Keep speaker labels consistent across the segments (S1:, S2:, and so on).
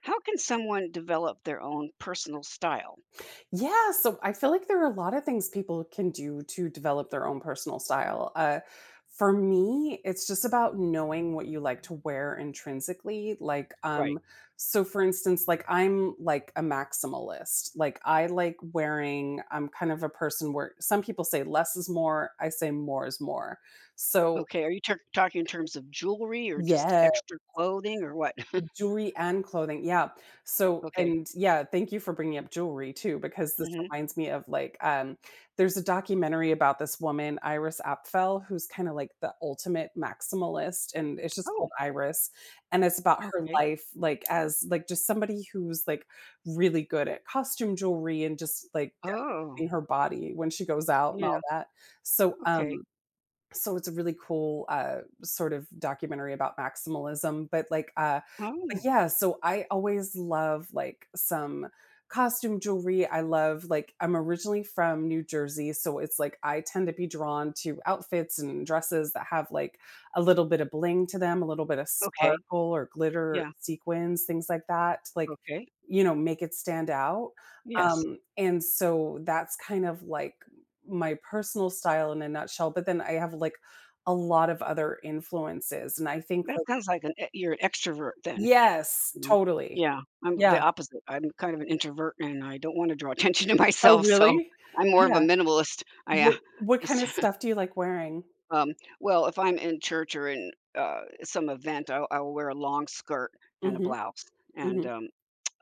S1: How can someone develop their own personal style?
S2: Yeah, so I feel like there are a lot of things people can do to develop their own personal style. For me, it's just about knowing what you like to wear intrinsically. Like,
S1: Right.
S2: so for instance, like I'm like a maximalist. Like I like wearing. I'm kind of a person where some people say less is more. I say more is more. So
S1: Okay, are you tur talking in terms of jewelry or just
S2: yeah,
S1: extra clothing or what?
S2: jewelry and clothing, yeah. So
S1: Okay.
S2: and yeah, thank you for bringing up jewelry too, because this
S1: Mhm.
S2: reminds me of there's a documentary about this woman, Iris Apfel, who's kinda like the ultimate maximalist, and it's just
S1: Oh,
S2: called Iris, and it's about her
S1: okay.
S2: life, like, as, like, just somebody who's, like, really good at costume jewelry and just like
S1: Oh,
S2: decorating her body when she goes out and
S1: yeah,
S2: all that. So.
S1: okay.
S2: So it's a really cool, sort of documentary about maximalism, but
S1: Oh,
S2: yeah, so I always love, like, some costume jewelry. I love like, I'm originally from New Jersey, so it's like I tend to be drawn to outfits and dresses that have, like, a little bit of bling to them, a little bit of
S1: okay.
S2: sparkle or glitter, or
S1: Yeah,
S2: sequins, things like that, like,
S1: okay.
S2: you know, make it stand out.
S1: Yes.
S2: And so that's kind of like my personal style in a nutshell, but then I have, like, a lot of other influences, and I think,
S1: That
S2: like
S1: sounds like an e you're an extrovert then,
S2: yes,
S1: you know?
S2: totally.
S1: Yeah, I'm the
S2: Yeah.
S1: opposite. I'm kind of an introvert, and I don't wanna draw attention to
S2: Oh,
S1: myself, so
S2: really?
S1: I'm more of a
S2: Yeah.
S1: minimalist. I,
S2: What kind
S1: just
S2: of stuff do you like wearing?
S1: Um, well, if I'm in church or in, some event, I'll wear a long skirt and a
S2: Mhm,
S1: blouse and,
S2: mhm.
S1: um,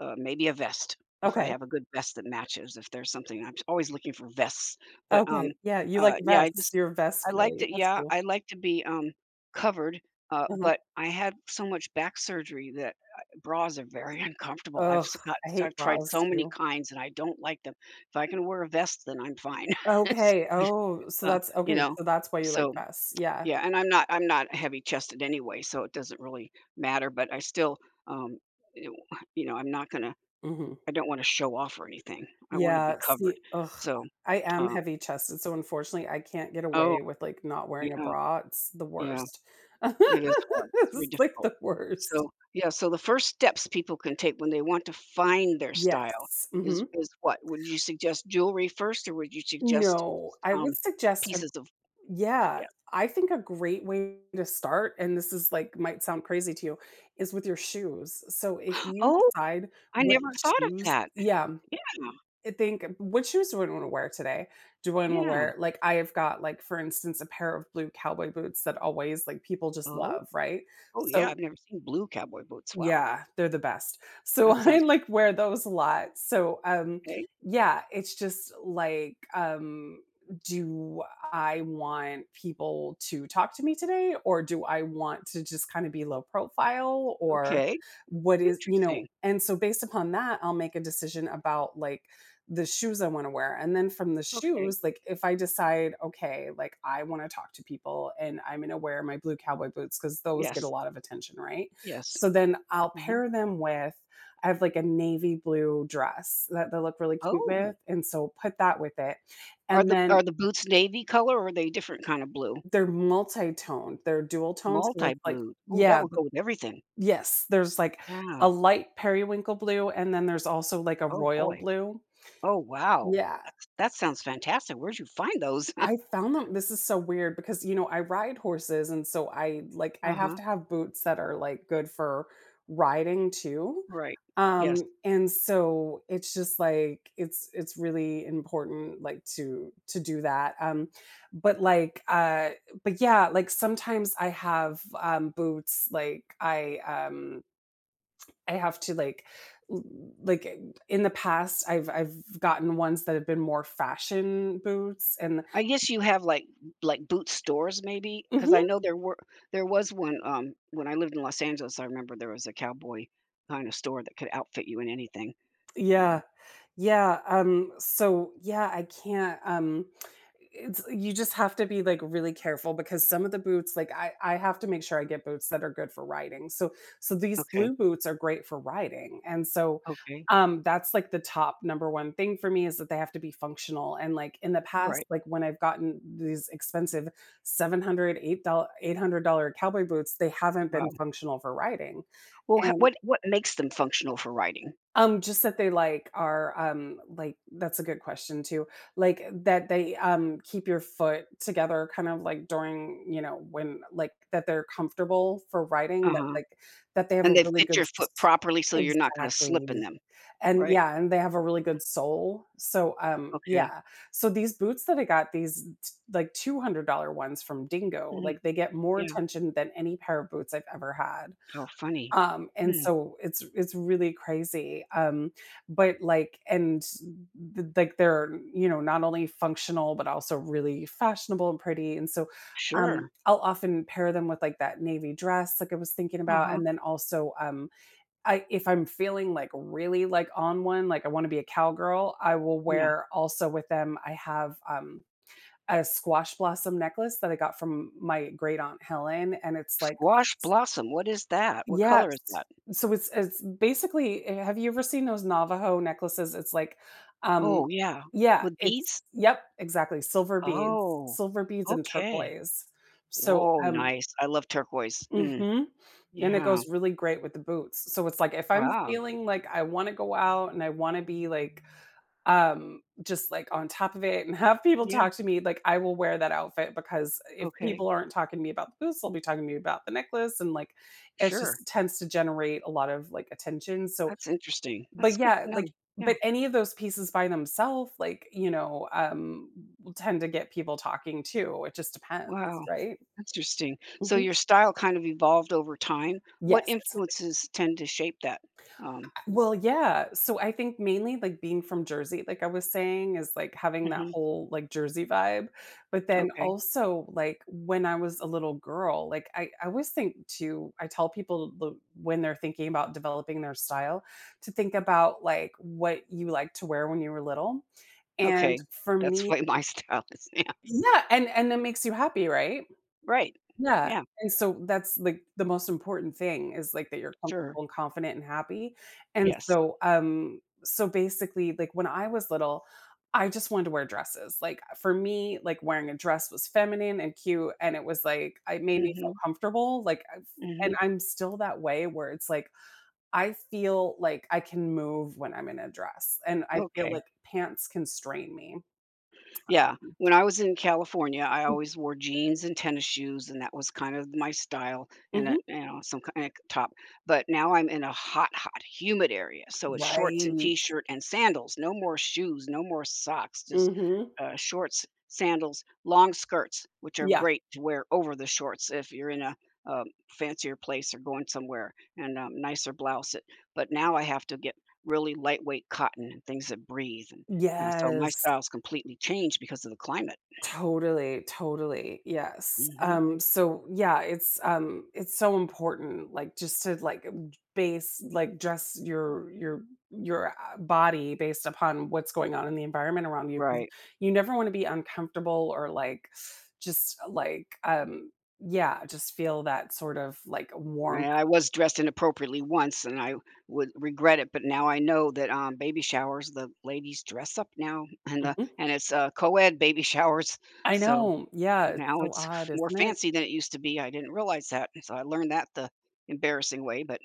S1: uh, maybe a vest if I
S2: Okay,
S1: have a good vest that matches, if there's something I'm always looking for vests, but,
S2: okay. Yeah, you like
S1: yeah, I
S2: vests.
S1: just
S2: You're a vest
S1: I like
S2: girly.
S1: to
S2: That's
S1: yeah,
S2: cool.
S1: I like to be, covered,
S2: Uh-huh.
S1: but I had so much back surgery that, bras are very uncomfortable.
S2: Ugh, I
S1: I've
S2: hate
S1: tried
S2: bras
S1: so many
S2: too.
S1: kinds, and I don't like them. If I can wear a vest, then I'm fine.
S2: Okay. Oh, so
S1: uh,
S2: that's
S1: you
S2: okay,
S1: know,
S2: so that's why you like
S1: so
S2: vests. Yeah.
S1: yeah, and I'm not heavy-chested anyway, so it doesn't really matter, but I still, um, you know you know, I'm not gonna
S2: Mhm.
S1: I don't wanna show off or anything. I wanna be
S2: Yeah,
S1: covered.
S2: see, ugh,
S1: So,
S2: I am
S1: uh
S2: heavy-chested, so unfortunately, I can't get
S1: oh,
S2: away with, like, not wearing a
S1: yeah,
S2: bra, it's the
S1: yeah,
S2: worst.
S1: it is hard. It's very
S2: It's, like,
S1: difficult.
S2: the worst.
S1: So, yeah, so the first steps people can take when they want to find their style
S2: Yes,
S1: is
S2: mhm.
S1: is what? Would you suggest jewelry first, or would you suggest
S2: No,
S1: just,
S2: I would suggest a
S1: pieces of
S2: yeah,
S1: yeah.
S2: I think a great way to start, and this is, like might sound crazy to you, is with your shoes. So if you
S1: Oh,
S2: decide
S1: I
S2: what
S1: never thought of
S2: shoes
S1: that.
S2: yeah.
S1: Yeah,
S2: I think what shoes do I wanna wear today? Do I wanna
S1: yeah.
S2: wear like, I have got, like, for instance, a pair of blue cowboy boots that always, like, people just
S1: Oh.
S2: love, right?
S1: Oh, yeah,
S2: So
S1: I've never seen blue cowboy boots. Wow,
S2: yeah, they're the best. So
S1: that
S2: I
S1: sounds
S2: like wear those a lot.
S1: okay.
S2: Yeah, it's just like do I want people to talk to me today or do I want to just kind of be low profile or
S1: Okay,
S2: what is, you know,
S1: interesting.
S2: and so based upon that, I'll make a decision about like the shoes I want to wear. And then from the
S1: Okay.
S2: shoes, like if I decide, okay, like I want to talk to people and I'm going to wear my blue cowboy boots because those get a
S1: Yes,
S2: lot of attention, right?
S1: yes.
S2: So then I'll
S1: Mhm.
S2: pair them with I have like a navy blue dress that they look really cute
S1: Oh,
S2: with, and so put that with it.
S1: are
S2: And
S1: the
S2: then
S1: are the boots navy color or are they different kind of blue?
S2: they're multi-toned, they're dual toned, so it's like
S1: Multi-blue. Oh, that
S2: yeah,
S1: would
S2: th
S1: go with everything.
S2: yes, there's like
S1: Yeah.
S2: a light periwinkle blue, and then there's also like a
S1: Oh,
S2: royal
S1: boy.
S2: blue.
S1: Oh, wow.
S2: Yeah.
S1: That sounds fantastic. Where'd you find those?
S2: I found them this is so weird because, you know, I ride horses and so I like I have
S1: Uh-huh.
S2: to have boots that are like good for riding too.
S1: Right. Yes.
S2: And so it's just like it's really important like to do that. But like uh but yeah, like sometimes I have boots like I have to like l- like eh, in the past I've gotten ones that have been more fashion boots and
S1: I guess you have like boot stores maybe, because I
S2: mhm.
S1: know there was one, when I lived in Los Angeles, I remember there was a cowboy kind of store that could outfit you in anything, um
S2: Yeah. Yeah, so yeah, I can't, it's you just have to be, like, really careful because some of the boots, like, I have to make sure I get boots that are good for riding, so so these
S1: Okay,
S2: blue boots are great for riding, and so,
S1: okay,
S2: um, that's, like, the top number 1 thing for me is that they have to be functional, and, like, in the past,
S1: right,
S2: like, when I've gotten these expensive $700, dollars $800 cowboy boots, they haven't
S1: wow.
S2: been functional for riding,
S1: Well, ho
S2: and
S1: what makes them functional for riding?
S2: just that they, like, are like that's a good question too. Like, that they, keep your foot together kind of, like, during, you know, when like, that they're comfortable for riding, that,
S1: Uh-huh,
S2: like that they have a
S1: and they
S2: really
S1: fit
S2: good
S1: your foot
S2: s
S1: properly so you're not gonna slip
S2: exactly.
S1: in them,
S2: And
S1: right?
S2: yeah, and they have a really good sole. So
S1: Okay,
S2: yeah. So these boots that I got, these t like $200 ones from Dingo,
S1: mhm,
S2: like, they get more
S1: yeah.
S2: attention than any pair of boots I've ever had.
S1: How funny.
S2: And
S1: Hmm,
S2: So it's really crazy, but, like and th like, they're, you know, not only functional, but also really fashionable and pretty, and so
S1: sure.
S2: I'll often pair them with, like, that navy dress, like I was thinking about,
S1: Uh-huh.
S2: and then also I if I'm feeling, like, really, like, on one, like, I wanna be a cowgirl, I will
S1: Yeah.
S2: wear also with them I have, a squash blossom necklace that I got from my great aunt Helen, and it's, like,
S1: Squash blossom, what is that? What
S2: yes.
S1: color is that?
S2: So it's basically eh, have you ever seen those Navajo necklaces? Um
S1: Oh, yeah.
S2: yeah,
S1: With
S2: it's
S1: beads?
S2: yep, exactly,
S1: Oh,
S2: silver beads and
S1: okay.
S2: turquoise. So,
S1: Whoa,
S2: um
S1: nice. I love turquoise. Mm,
S2: mhm, and it
S1: yeah.
S2: goes really great with the boots. So it's like, if I'm
S1: Wow.
S2: feeling like I wanna go out and I wanna be, like just, like, on top of it and have people
S1: Yeah.
S2: talk to me, like, I will wear that outfit because if
S1: Okay.
S2: people aren't talking to me about the boots, they'll be talking to me about the necklace, and, like, it
S1: Sure.
S2: just tends to generate a lot of, like, attention, so
S1: That's interesting. That's
S2: but
S1: good
S2: yeah,
S1: to
S2: like
S1: know. Yeah.
S2: but any of those pieces by themselves, like, you know, will tend to get people talking too, it just depends,
S1: Wow.
S2: right?
S1: Interesting. So
S2: Mhm.
S1: your style kind of evolved over time. What
S2: Yes.
S1: influences tend to shape that? Um,
S2: Well, yeah. So I think mainly like being from Jersey, like I was saying, is like having that
S1: mhm,
S2: whole like Jersey vibe. But then
S1: Okay.
S2: also like when I was a little girl, like I always think to I tell people the- when they're thinking about developing their style to think about like what you like to wear when you were little. And
S1: Okay.
S2: for
S1: That's
S2: me,
S1: why my style is.
S2: yeah, and it makes you happy, right?
S1: Right.
S2: Yeah,
S1: Yeah,
S2: and so that's, like, the most important thing is, like, that you're
S1: sure.
S2: comfortable and confident and happy, and
S1: Yes.
S2: so, um, so basically, like, when I was little, I just wanted to wear dresses, like, for me, like, wearing a dress was feminine and cute, and it was, like, it made me feel
S1: Mhm,
S2: comfortable, like, I and
S1: mhm.
S2: I'm still that way where it's, like, I feel like I can move when I'm in a dress, and I feel
S1: Okay.
S2: like pants constrain me.
S1: Yeah, when I was in California, I
S2: Mhm.
S1: always wore jeans and tennis shoes, and that was kind of my style, and a
S2: Mhm.
S1: you know, some kind of top. But now I'm in a hot, hot, humid area, so it's shorts and
S2: Right.
S1: t-shirt and sandals. No more shoes, no more socks, just
S2: Mhm.
S1: shorts, sandals, long skirts, which are
S2: Yeah.
S1: great to wear over the shorts if you're in a um, fancier place or going somewhere, and nicer blouse. But now I have to get really lightweight cotton and things that breathe. So my
S2: Yes.
S1: style's completely changed because of the climate.
S2: Totally, totally. Yes.
S1: Mhm.
S2: So yeah, it's so important like just to base like dress your body based upon what's going on in the environment around you 'cause
S1: Right.
S2: you never want to be uncomfortable or like just yeah, just feel that sort of like
S1: And
S2: warmth.
S1: I was dressed inappropriately once, and I would regret it, but now I know that, baby showers, the ladies dress up now, and the
S2: Mhm.
S1: and it's, co-ed baby showers,
S2: I
S1: so
S2: know. Yeah, it's
S1: now
S2: so
S1: it's
S2: odd,
S1: more
S2: isn't it?
S1: fancy than it used to be. I didn't realize that, so I learned that the embarrassing way, but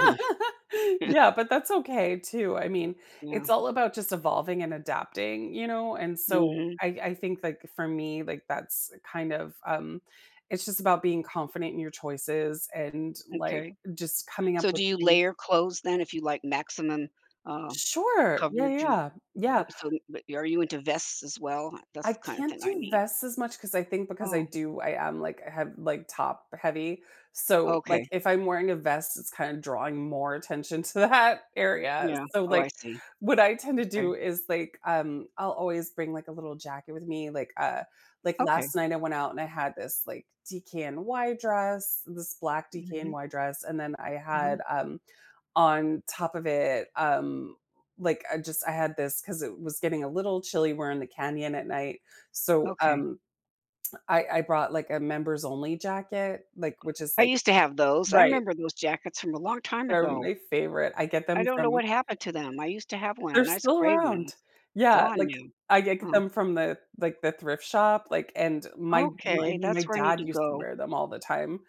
S1: uh
S2: Yeah, but that's okay too. I mean,
S1: Yeah.
S2: it's all about just evolving and adapting, you know? And so
S1: Mhm.
S2: I think like for me, like that's kind of it's just about being confident in your choices and like
S1: Okay.
S2: just coming up
S1: So
S2: with
S1: do you
S2: things.
S1: layer clothes then if you like maximum, uh,
S2: Sure. Yeah,
S1: coverage?
S2: yeah. Yeah.
S1: But are you into vests as well? That's
S2: I
S1: the kind of
S2: can't
S1: thing I
S2: do
S1: need.
S2: vests as much because I think because
S1: Oh,
S2: I am, like, I have, like, top heavy, so, like,
S1: okay.
S2: if I'm wearing a vest, it's kinda drawing more attention to that area,
S1: Yeah.
S2: so,
S1: Oh,
S2: like,
S1: I see.
S2: what I tend to
S1: Okay.
S2: do is, I'll always bring, like, a little jacket with me, like,
S1: Okay.
S2: last night I went out and I had this, like, DKNY dress, this black
S1: Mhm,
S2: DKNY dress, and then I had,
S1: mhm.
S2: um, on top of it, like, I had this because it was getting a little chilly, we're in the canyon at night, so,
S1: Okay.
S2: um, I brought, like, a members only jacket, like, which is,
S1: I
S2: like
S1: used to have those. I
S2: right,
S1: remember those jackets from a long time
S2: they're
S1: ago.
S2: my favorite, I get them
S1: I don't know
S2: from
S1: what happened to them. I used to have one, a
S2: they're
S1: nice
S2: still
S1: gray one.
S2: around.
S1: It's
S2: Yeah,
S1: gone
S2: like,
S1: now.
S2: I get
S1: Oh,
S2: them from the like, the thrift shop, like, and my my
S1: okay.
S2: my
S1: That's where I need
S2: dad
S1: to
S2: used to
S1: go.
S2: wear them all the time,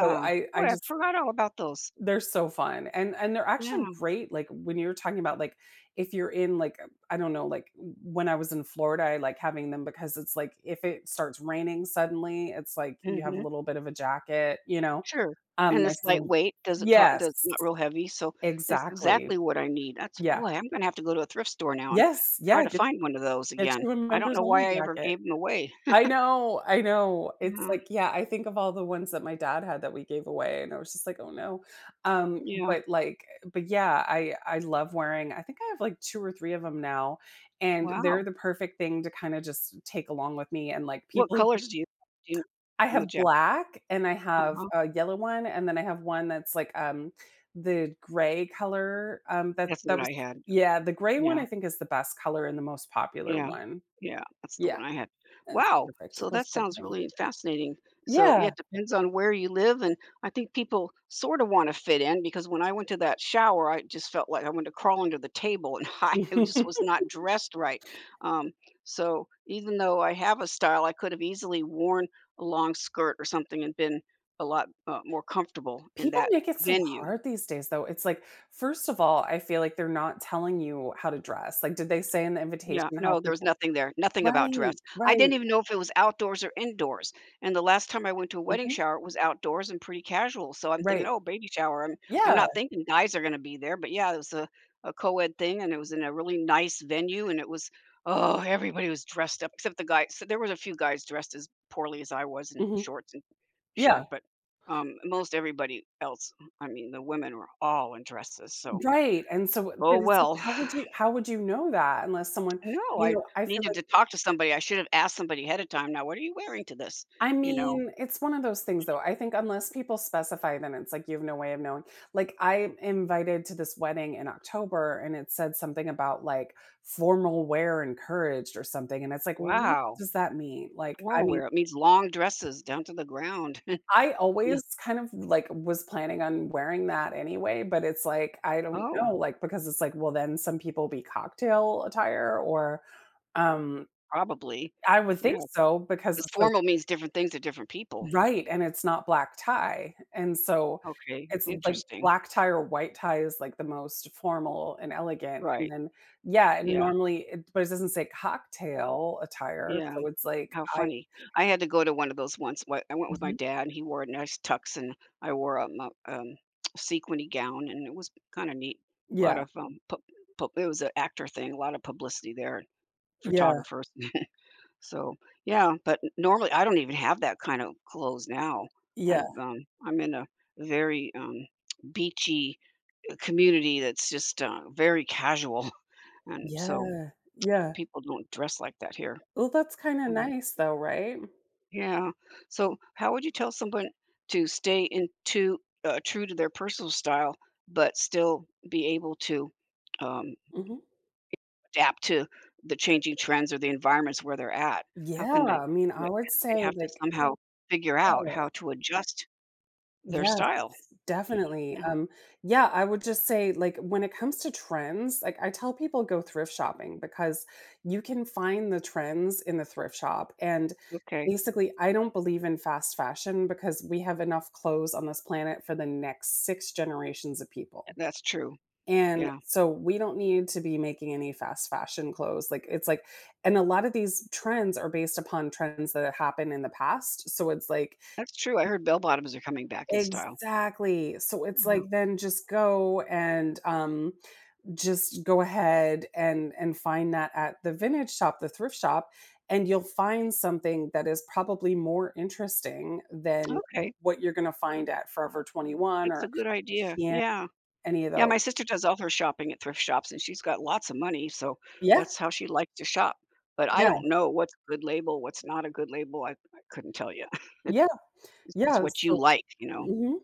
S2: so I
S1: Boy, I
S2: just
S1: forgot all about those.
S2: they're so fun, and they're actually
S1: Yeah.
S2: great, like, when you're talking about, like, if you're in, like, I don't know, like, when I was in Florida, I like having them because it's like, if it starts raining suddenly, it's like you have a
S1: Mhm.
S2: little bit of a jacket, you know?
S1: Sure, and it's
S2: Nice little
S1: lightweight, does
S2: yes,
S1: not real heavy, so it's
S2: exactly.
S1: exactly what I need. That's
S2: Yeah.
S1: Boy, I'm gonna have to go to a thrift store now and
S2: Yes,
S1: try
S2: yeah,
S1: to find one of those
S2: get
S1: again.
S2: you a
S1: I don't
S2: members
S1: know why
S2: only
S1: I ever
S2: jacket.
S1: gave them away.
S2: I know, I know. It's
S1: Yeah,
S2: like, yeah, I think of all the ones that my dad had that we gave away, and I was just like, "Oh, no." Um,
S1: yeah.
S2: but, like yeah, I love wearing. I think I have, like, 2 or 3 of them now, and
S1: Wow.
S2: they're the perfect thing to kinda just take along with me, and, like,
S1: What
S2: people who
S1: colors do you
S2: I
S1: in the
S2: have
S1: jacket?
S2: black, and I have
S1: Uh-huh.
S2: a yellow one, and then I have one that's, like, the gray color, um, that
S1: That's
S2: that
S1: what
S2: was.
S1: I had.
S2: Yeah, the gray one
S1: Yeah.
S2: I think is the best color and the most popular
S1: Yeah.
S2: one.
S1: Yeah, that's the
S2: Yeah,
S1: one I had.
S2: that's
S1: Wow!
S2: perfect.
S1: So
S2: It
S1: that
S2: goes with
S1: sounds
S2: everything.
S1: really fascinating. So, yeah,
S2: Yeah.
S1: it depends on where you live, and I think people sorta wanna fit in because when I went to that shower, I just felt like I wanted to crawl under the table, and I just was not dressed right. Um, so even though I have a style, I could have easily worn a long skirt or something and been a lot, more comfortable in
S2: People
S1: that
S2: make it so
S1: venue.
S2: hard these days, though. It's like, first of all, I feel like they're not telling you how to dress. Like, did they say in the
S1: Yeah,
S2: invitation how
S1: no, there was
S2: people
S1: nothing there, nothing about
S2: Right,
S1: dress. I
S2: right,
S1: didn't even know if it was outdoors or indoors, and the last time I went to a wedding
S2: mhm,
S1: shower, it was outdoors and pretty casual, so I'm thinking,
S2: right.
S1: "Oh, baby shower." I'm
S2: Yeah,
S1: not thinking guys are gonna be there, but yeah, it was a co-ed thing, and it was in a really nice venue, and it was oh, everybody was dressed up except the guy so there was a few guys dressed as poorly as I was in
S2: mhm,
S1: shorts and
S2: yeah,
S1: shirt, but, most everybody else I mean, the women were all in dresses, so,
S2: right, and so but
S1: oh
S2: it's like,
S1: well.
S2: how would you know that unless someone
S1: No, I
S2: I feel
S1: needed
S2: like
S1: to talk to somebody. I should have asked somebody ahead of time. Now, what are you wearing to this?
S2: I
S1: You know,
S2: mean, it's one of those things though. I think unless people specify, then it's like you have no way of knowing. Like I'm invited to this wedding in October and it said something about like formal wear encouraged or something. And it's like, well, what
S1: wow,
S2: does that mean? Like, I
S1: formal
S2: mean,
S1: wear. It means long dresses down to the ground.
S2: I
S1: You-
S2: always kind of like was planning on wearing that anyway, but it's like, I don't
S1: oh,
S2: know, like, because it's like, well, then some people be cocktail attire, um,
S1: probably.
S2: I would
S1: Yeah,
S2: think so because
S1: because
S2: it's
S1: formal means different things to different people.
S2: right, and it's not black tie, and so
S1: Okay,
S2: it's like
S1: interesting.
S2: black tie or white tie is like the most formal and elegant, and
S1: Right.
S2: then yeah, and
S1: Yeah.
S2: normally it but it doesn't say cocktail attire,
S1: Yeah.
S2: so it's like
S1: How
S2: I
S1: funny. I had to go to one of those once. I went with my
S2: mhm.
S1: dad, and he wore a nice tux, and I wore sequiny gown, and it was kind of neat. A lot
S2: Yeah,
S1: of it was an actor thing. A lot of publicity there.
S2: yeah,
S1: Photographers. So, yeah, but normally, I don't even have that kind of clothes now. I've,
S2: yeah,
S1: um I'm in a very, beachy community that's just, very casual, and so
S2: yeah, yeah.
S1: people don't dress like that here.
S2: Well, that's kinda
S1: Mhm.
S2: nice though, right?
S1: Yeah. So, how would you tell someone to stay in to true to their personal style, but still be able to, um,
S2: Mhm.
S1: adapt to the changing trends or the environments where they're at. How
S2: Yeah,
S1: can they
S2: I mean,
S1: what
S2: I would
S1: they
S2: say
S1: have to
S2: like
S1: somehow figure out
S2: yeah.
S1: how to adjust their
S2: Yes,
S1: style.
S2: definitely,
S1: Yeah,
S2: um, yeah, I would just say, like, when it comes to trends, like, I tell people go thrift shopping because you can find the trends in the thrift shop, and,
S1: okay,
S2: basically, I don't believe in fast fashion because we have enough clothes on this planet for the next 6 generations of people,
S1: that's true.
S2: and
S1: Yeah,
S2: so we don't need to be making any fast fashion clothes, like, it's like and a lot of these trends are based upon trends that have happened in the past, so it's like,
S1: that's true. I heard bell bottoms are coming back in style.
S2: exactly. So it's
S1: Yeah,
S2: like then just go and just go ahead and find that at the vintage shop, the thrift shop, and you'll find something that is probably more interesting than
S1: okay,
S2: what you're going to find at Forever 21
S1: that's a
S2: or
S1: good idea.
S2: Shein,
S1: Yeah.
S2: any of
S1: Yeah,
S2: those.
S1: my sister does all her shopping at thrift shops, and she's got lots of money, so
S2: Yeah.
S1: that's how she likes to shop. But I
S2: Yeah.
S1: don't know what's a good label, what's not a good label. I couldn't tell you.
S2: Yeah.
S1: It's just
S2: Yeah.
S1: what you
S2: So
S1: like, you know?
S2: mhm.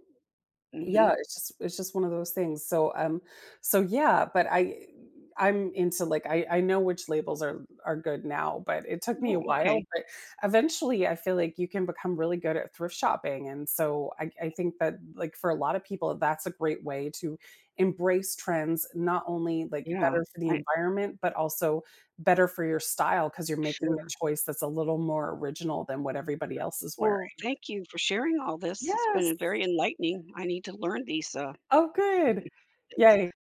S1: Mhm.
S2: Yeah, it's just one of those things. So yeah, but I I'm into like I know which labels are good now, but it took me
S1: Oh,
S2: a Yeah.
S1: okay.
S2: while. But eventually, I feel like you can become really good at thrift shopping, and so I think that like for a lot of people, that's a great way to embrace trends. Not only like
S1: Yeah,
S2: better for the
S1: I
S2: environment, but also better for your style because you're making a
S1: sure.
S2: choice that's a little more original than what everybody else is
S1: Well,
S2: wearing.
S1: thank you for sharing all this. It's
S2: Yes.
S1: been very enlightening. I need to learn these,
S2: Oh, good.
S1: things.
S2: Yay.